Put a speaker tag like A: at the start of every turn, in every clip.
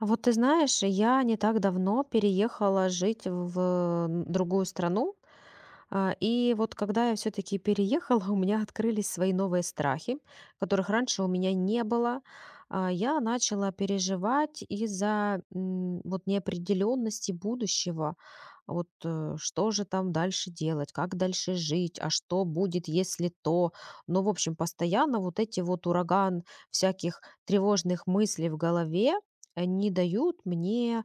A: Вот ты знаешь, я не так давно переехала жить в другую страну. И вот когда я все-таки переехала, у меня открылись свои новые страхи, которых раньше у меня не было. Я начала переживать из-за вот неопределенности будущего. Вот что же там дальше делать, как дальше жить, а что будет, если то. Ну, в общем, постоянно вот эти вот ураган всяких тревожных мыслей в голове, не дают мне,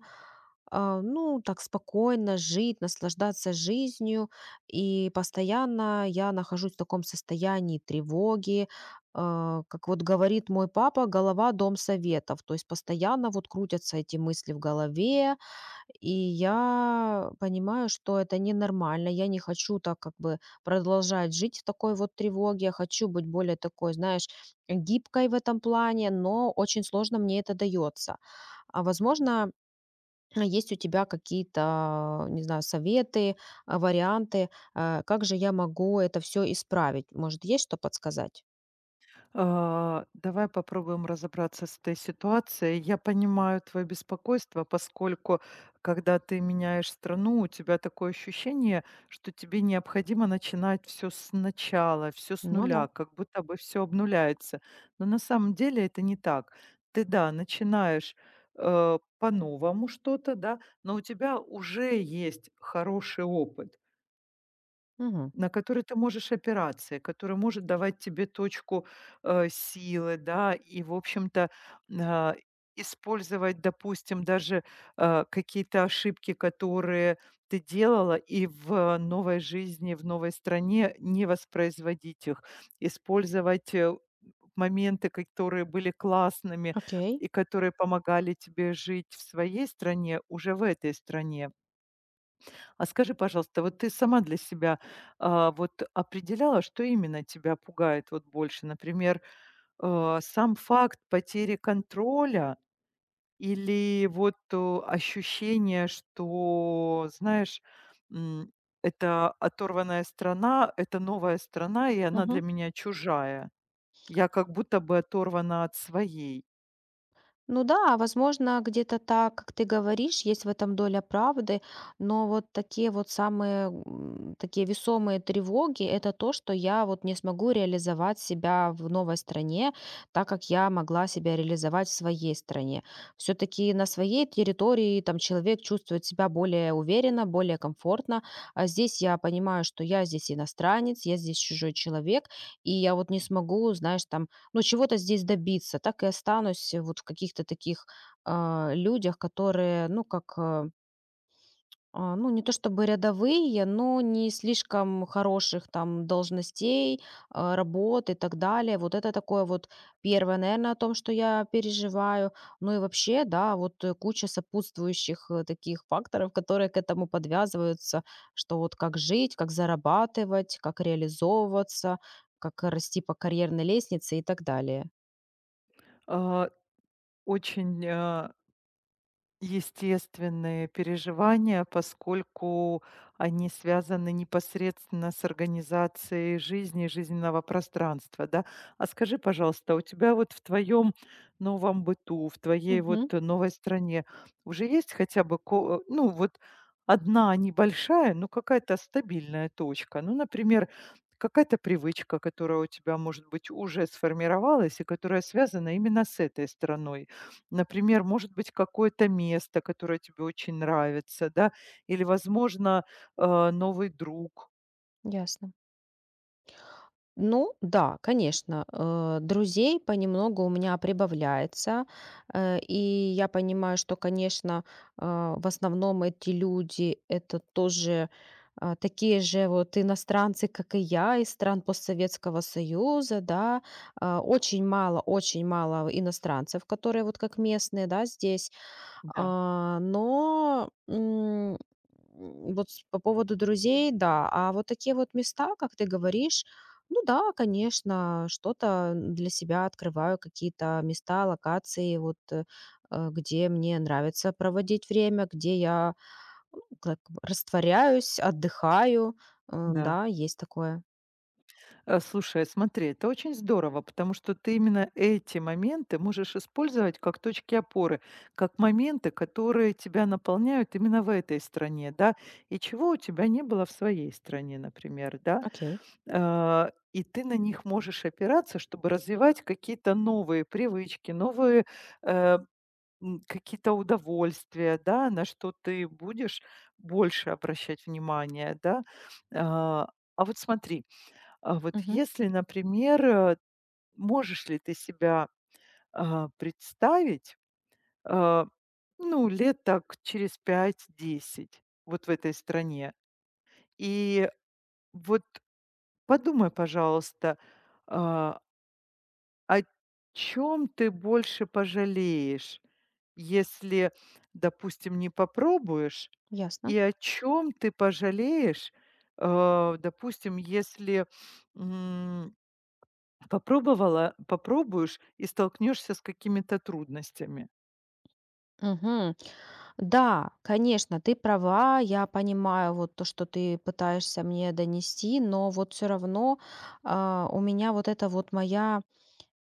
A: ну, так спокойно жить, наслаждаться жизнью. И постоянно я нахожусь в таком состоянии тревоги. Как вот говорит мой папа, голова– дом советов. То есть постоянно вот крутятся эти мысли в голове, и я понимаю, что это ненормально. Я не хочу так как бы продолжать жить в такой вот тревоге. Я хочу быть более такой, знаешь, гибкой в этом плане, но очень сложно мне это дается. А возможно, есть у тебя какие-то, не знаю, советы, варианты, как же я могу это все исправить? Может, есть что подсказать?
B: Давай попробуем разобраться с этой ситуацией. Я понимаю твое беспокойство, поскольку когда ты меняешь страну, у тебя такое ощущение, что тебе необходимо начинать все сначала, все с
A: Ну да.
B: нуля, как будто бы все обнуляется. Но на самом деле это не так. Ты, да, начинаешь по-новому что-то, да, но у тебя уже есть хороший опыт,
A: Мгм.
B: на который ты можешь опираться и который может давать тебе точку силы, да. И, в общем-то, а, использовать, допустим, даже, какие-то ошибки, которые ты делала, и в новой жизни, в новой стране не воспроизводить их. Использовать моменты, которые были классными
A: Окей.
B: и которые помогали тебе жить в своей стране, уже в этой стране. А скажи, пожалуйста, вот ты сама для себя, вот определяла, что именно тебя пугает вот больше? Например, сам факт потери контроля или вот, ощущение, что, знаешь, м, это оторванная страна, это новая страна, и она для меня чужая. Я как будто бы оторвана от своей.
A: Ну да, возможно, где-то так, как ты говоришь, есть в этом доля правды, но вот такие вот самые такие весомые тревоги– это то, что я вот не смогу реализовать себя в новой стране, так как я могла себя реализовать в своей стране. Все-таки на своей территории там человек чувствует себя более уверенно, более комфортно, а здесь я понимаю, что я здесь иностранец, я здесь чужой человек, и я вот не смогу, знаешь, там ну, чего-то здесь добиться. Так и останусь вот в каких-то таких людях, которые, ну, как, ну, не то чтобы рядовые, но не слишком хороших там должностей, работ и так далее. Вот это такое вот первое, наверное, о том, что я переживаю. Ну и вообще, да, вот куча сопутствующих таких факторов, которые к этому подвязываются, что вот как жить, как зарабатывать, как реализовываться, как расти по карьерной лестнице и так далее.
B: А, очень, э, Естественные переживания, поскольку они связаны непосредственно с организацией жизни, жизненного пространства, да. А скажи, пожалуйста, у тебя вот в твоем новом быту, в твоей вот
A: Мгм.
B: новой стране уже есть хотя бы, ко ну, вот одна небольшая, но какая-то стабильная точка? Ну, например, какая-то привычка, которая у тебя, может быть, уже сформировалась и которая связана именно с этой страной. Например, может быть, какое-то место, которое тебе очень нравится, да, или, возможно, новый друг.
A: Ясно. Ну да, конечно, друзей понемногу у меня прибавляется, и я понимаю, что, конечно, в основном эти люди- это тоже, такие же вот иностранцы, как и я, из стран постсоветского союза, да. Очень мало иностранцев, которые вот как местные, да, здесь.
B: Да,
A: Но вот с по поводу друзей, да. А вот такие вот места, как ты говоришь, ну да, конечно, что-то для себя открываю, какие-то места, локации, вот, где мне нравится проводить время, где я, ну, как бы растворяюсь, отдыхаю. Э,
B: да.
A: да, есть такое.
B: Слушай, смотри, это очень здорово, потому что ты именно эти моменты можешь использовать как точки опоры, как моменты, которые тебя наполняют именно в этой стране, да, и чего у тебя не было в своей стране, например, да.
A: Окей.
B: И ты на них можешь опираться, чтобы развивать какие-то новые привычки, новые э, какие-то удовольствия, да, на что ты будешь больше обращать внимание, да. А, а вот смотри, а вот
A: Мгм.
B: если, например, можешь ли ты себя представить, а, ну, лет так через пять-десять, вот в этой стране. И вот подумай, пожалуйста, а, о чем ты больше пожалеешь, если, допустим, не попробуешь.
A: Ясно.
B: И о чем ты пожалеешь, допустим, если, м, попробовала попробуешь и столкнешься с какими-то трудностями?
A: Мгм. Да, конечно, ты права. Я понимаю вот то, что ты пытаешься мне донести, но вот все равно, у меня вот эта вот моя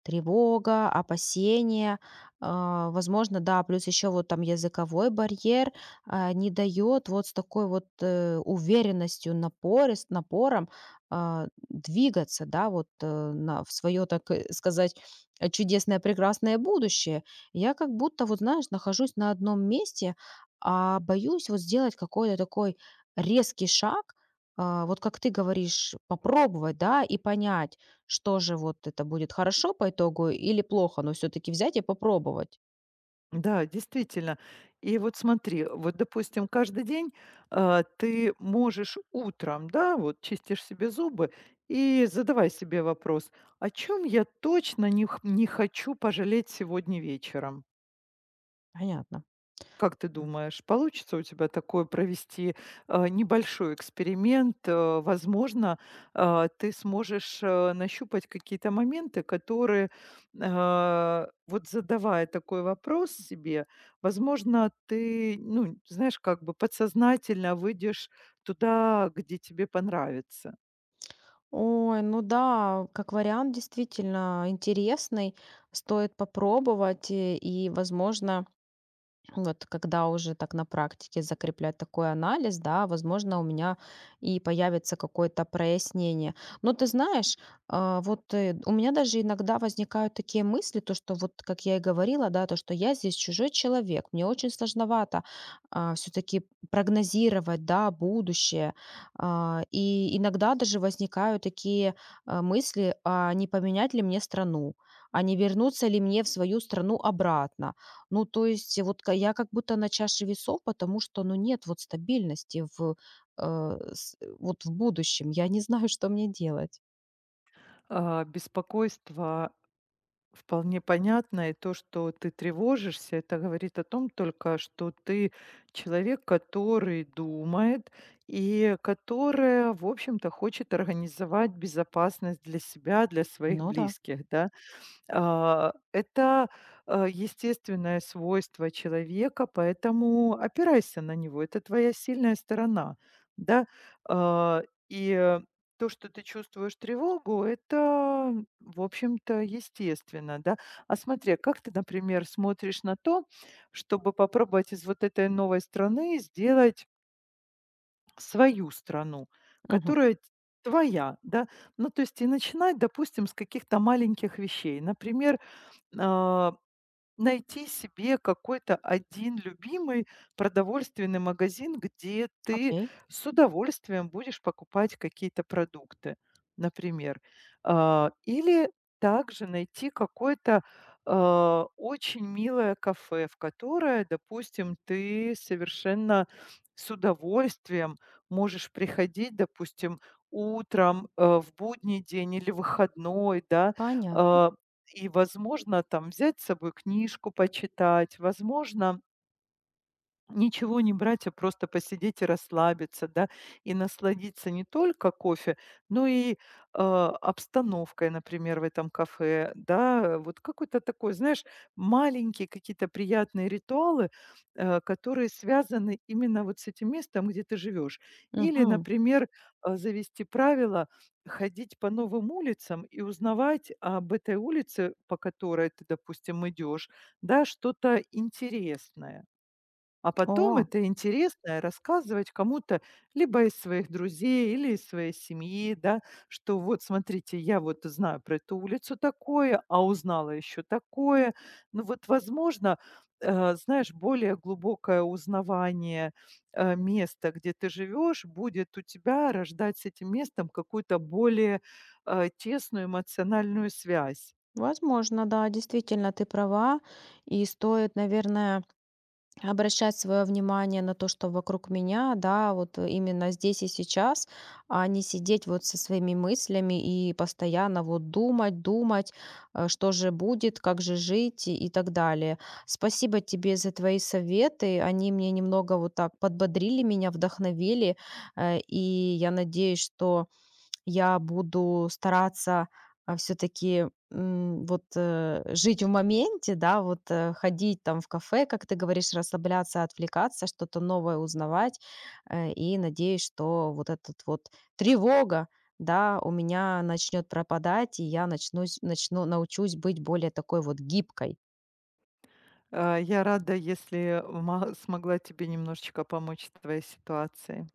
A: тревога, опасения, возможно, да, плюс еще вот там языковой барьер не дает вот с такой вот уверенностью, напором двигаться, да, вот в свое, так сказать, чудесное, прекрасное будущее. Я как будто, вот знаешь, нахожусь на одном месте, а боюсь вот сделать какой-то такой резкий шаг, вот как ты говоришь, попробовать, да, и понять, что же вот это будет хорошо по итогу или плохо, но все таки взять и попробовать?
B: Да, действительно. И вот смотри, вот, допустим, каждый день, ты можешь утром, да, вот чистишь себе зубы и задавай себе вопрос: "О чем я точно не хочу пожалеть сегодня вечером?"
A: Понятно.
B: Как ты думаешь, получится у тебя такое провести, небольшой эксперимент? Возможно, ты сможешь, нащупать какие-то моменты, которые, вот задавая такой вопрос себе, возможно, ты, ну, знаешь, как бы подсознательно выйдешь туда, где тебе понравится.
A: Ой, ну да, как вариант действительно интересный, стоит попробовать, и возможно, вот когда уже так на практике закреплять такой анализ, да, возможно, у меня и появится какое-то прояснение. Но ты знаешь, вот у меня даже иногда возникают такие мысли, то, что вот, как я и говорила, да, то, что я здесь чужой человек, мне очень сложновато все-таки прогнозировать, да, будущее. И иногда даже возникают такие мысли, а не поменять ли мне страну, а не вернуться ли мне в свою страну обратно. Ну, то есть, вот ка я как будто на чаше весов, потому что, ну, нет вот стабильности в, э, вот в будущем. Я не знаю, что мне делать.
B: Беспокойство вполне понятно, и то, что ты тревожишься, это говорит о том только, что ты человек, который думает и которая, в общем-то, хочет организовать безопасность для себя, для своих
A: Ну да.
B: близких, да. Это, естественное свойство человека, поэтому опирайся на него. Это твоя сильная сторона, да. А, и э, то, что ты чувствуешь тревогу, это, в общем-то, естественно, да. А смотри, а как ты, например, смотришь на то, чтобы попробовать из вот этой новой страны сделать свою страну,
A: Мгм.
B: которая т твоя, да? Ну, то есть и начинать, допустим, с каких-то маленьких вещей. Например, а, найти себе какой-то один любимый продовольственный магазин, где ты
A: Окей.
B: с удовольствием будешь покупать какие-то продукты, например. Или также найти какое-то, очень милое кафе, в которое, допустим, ты совершенно с удовольствием можешь приходить, допустим, утром, в будний день или выходной, да.
A: Понятно.
B: А и, возможно, там взять с собой книжку почитать, возможно, ничего не брать, а просто посидеть и расслабиться, да, и насладиться не только кофе, но и, обстановкой, например, в этом кафе, да. Вот какой-то такой, знаешь, маленькие какие-то приятные ритуалы, которые связаны именно вот с этим местом, где ты живешь. Или,
A: Мгм.
B: например, завести правило ходить по новым улицам и узнавать об этой улице, по которой ты, допустим, идешь, да, что-то интересное. А потом
A: О,
B: это интересно рассказывать кому-то либо из своих друзей, или из своей семьи, да, что вот смотрите, я вот знаю про эту улицу такое, а узнала еще такое. Ну вот, возможно, знаешь, более глубокое узнавание места, где ты живешь, будет у тебя рождать с этим местом какую-то более тесную эмоциональную связь.
A: возможно, да, действительно, ты права. И стоит, наверное, обращать свое внимание на то, что вокруг меня, да, вот именно здесь и сейчас, а не сидеть вот со своими мыслями и постоянно вот думать, думать, что же будет, как же жить и так далее. Спасибо тебе за твои советы, они мне немного вот так подбодрили меня, вдохновили, и я надеюсь, что я буду стараться, все таки вот, жить в моменте, да, вот, ходить там в кафе, как ты говоришь, расслабляться, отвлекаться, что-то новое узнавать. И надеюсь, что вот этот вот тревога, да, у меня начнет пропадать, и я начнусь начну научусь быть более такой вот гибкой.
B: Я рада, если смогла тебе немножечко помочь в твоей ситуации.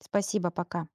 A: Спасибо, пока.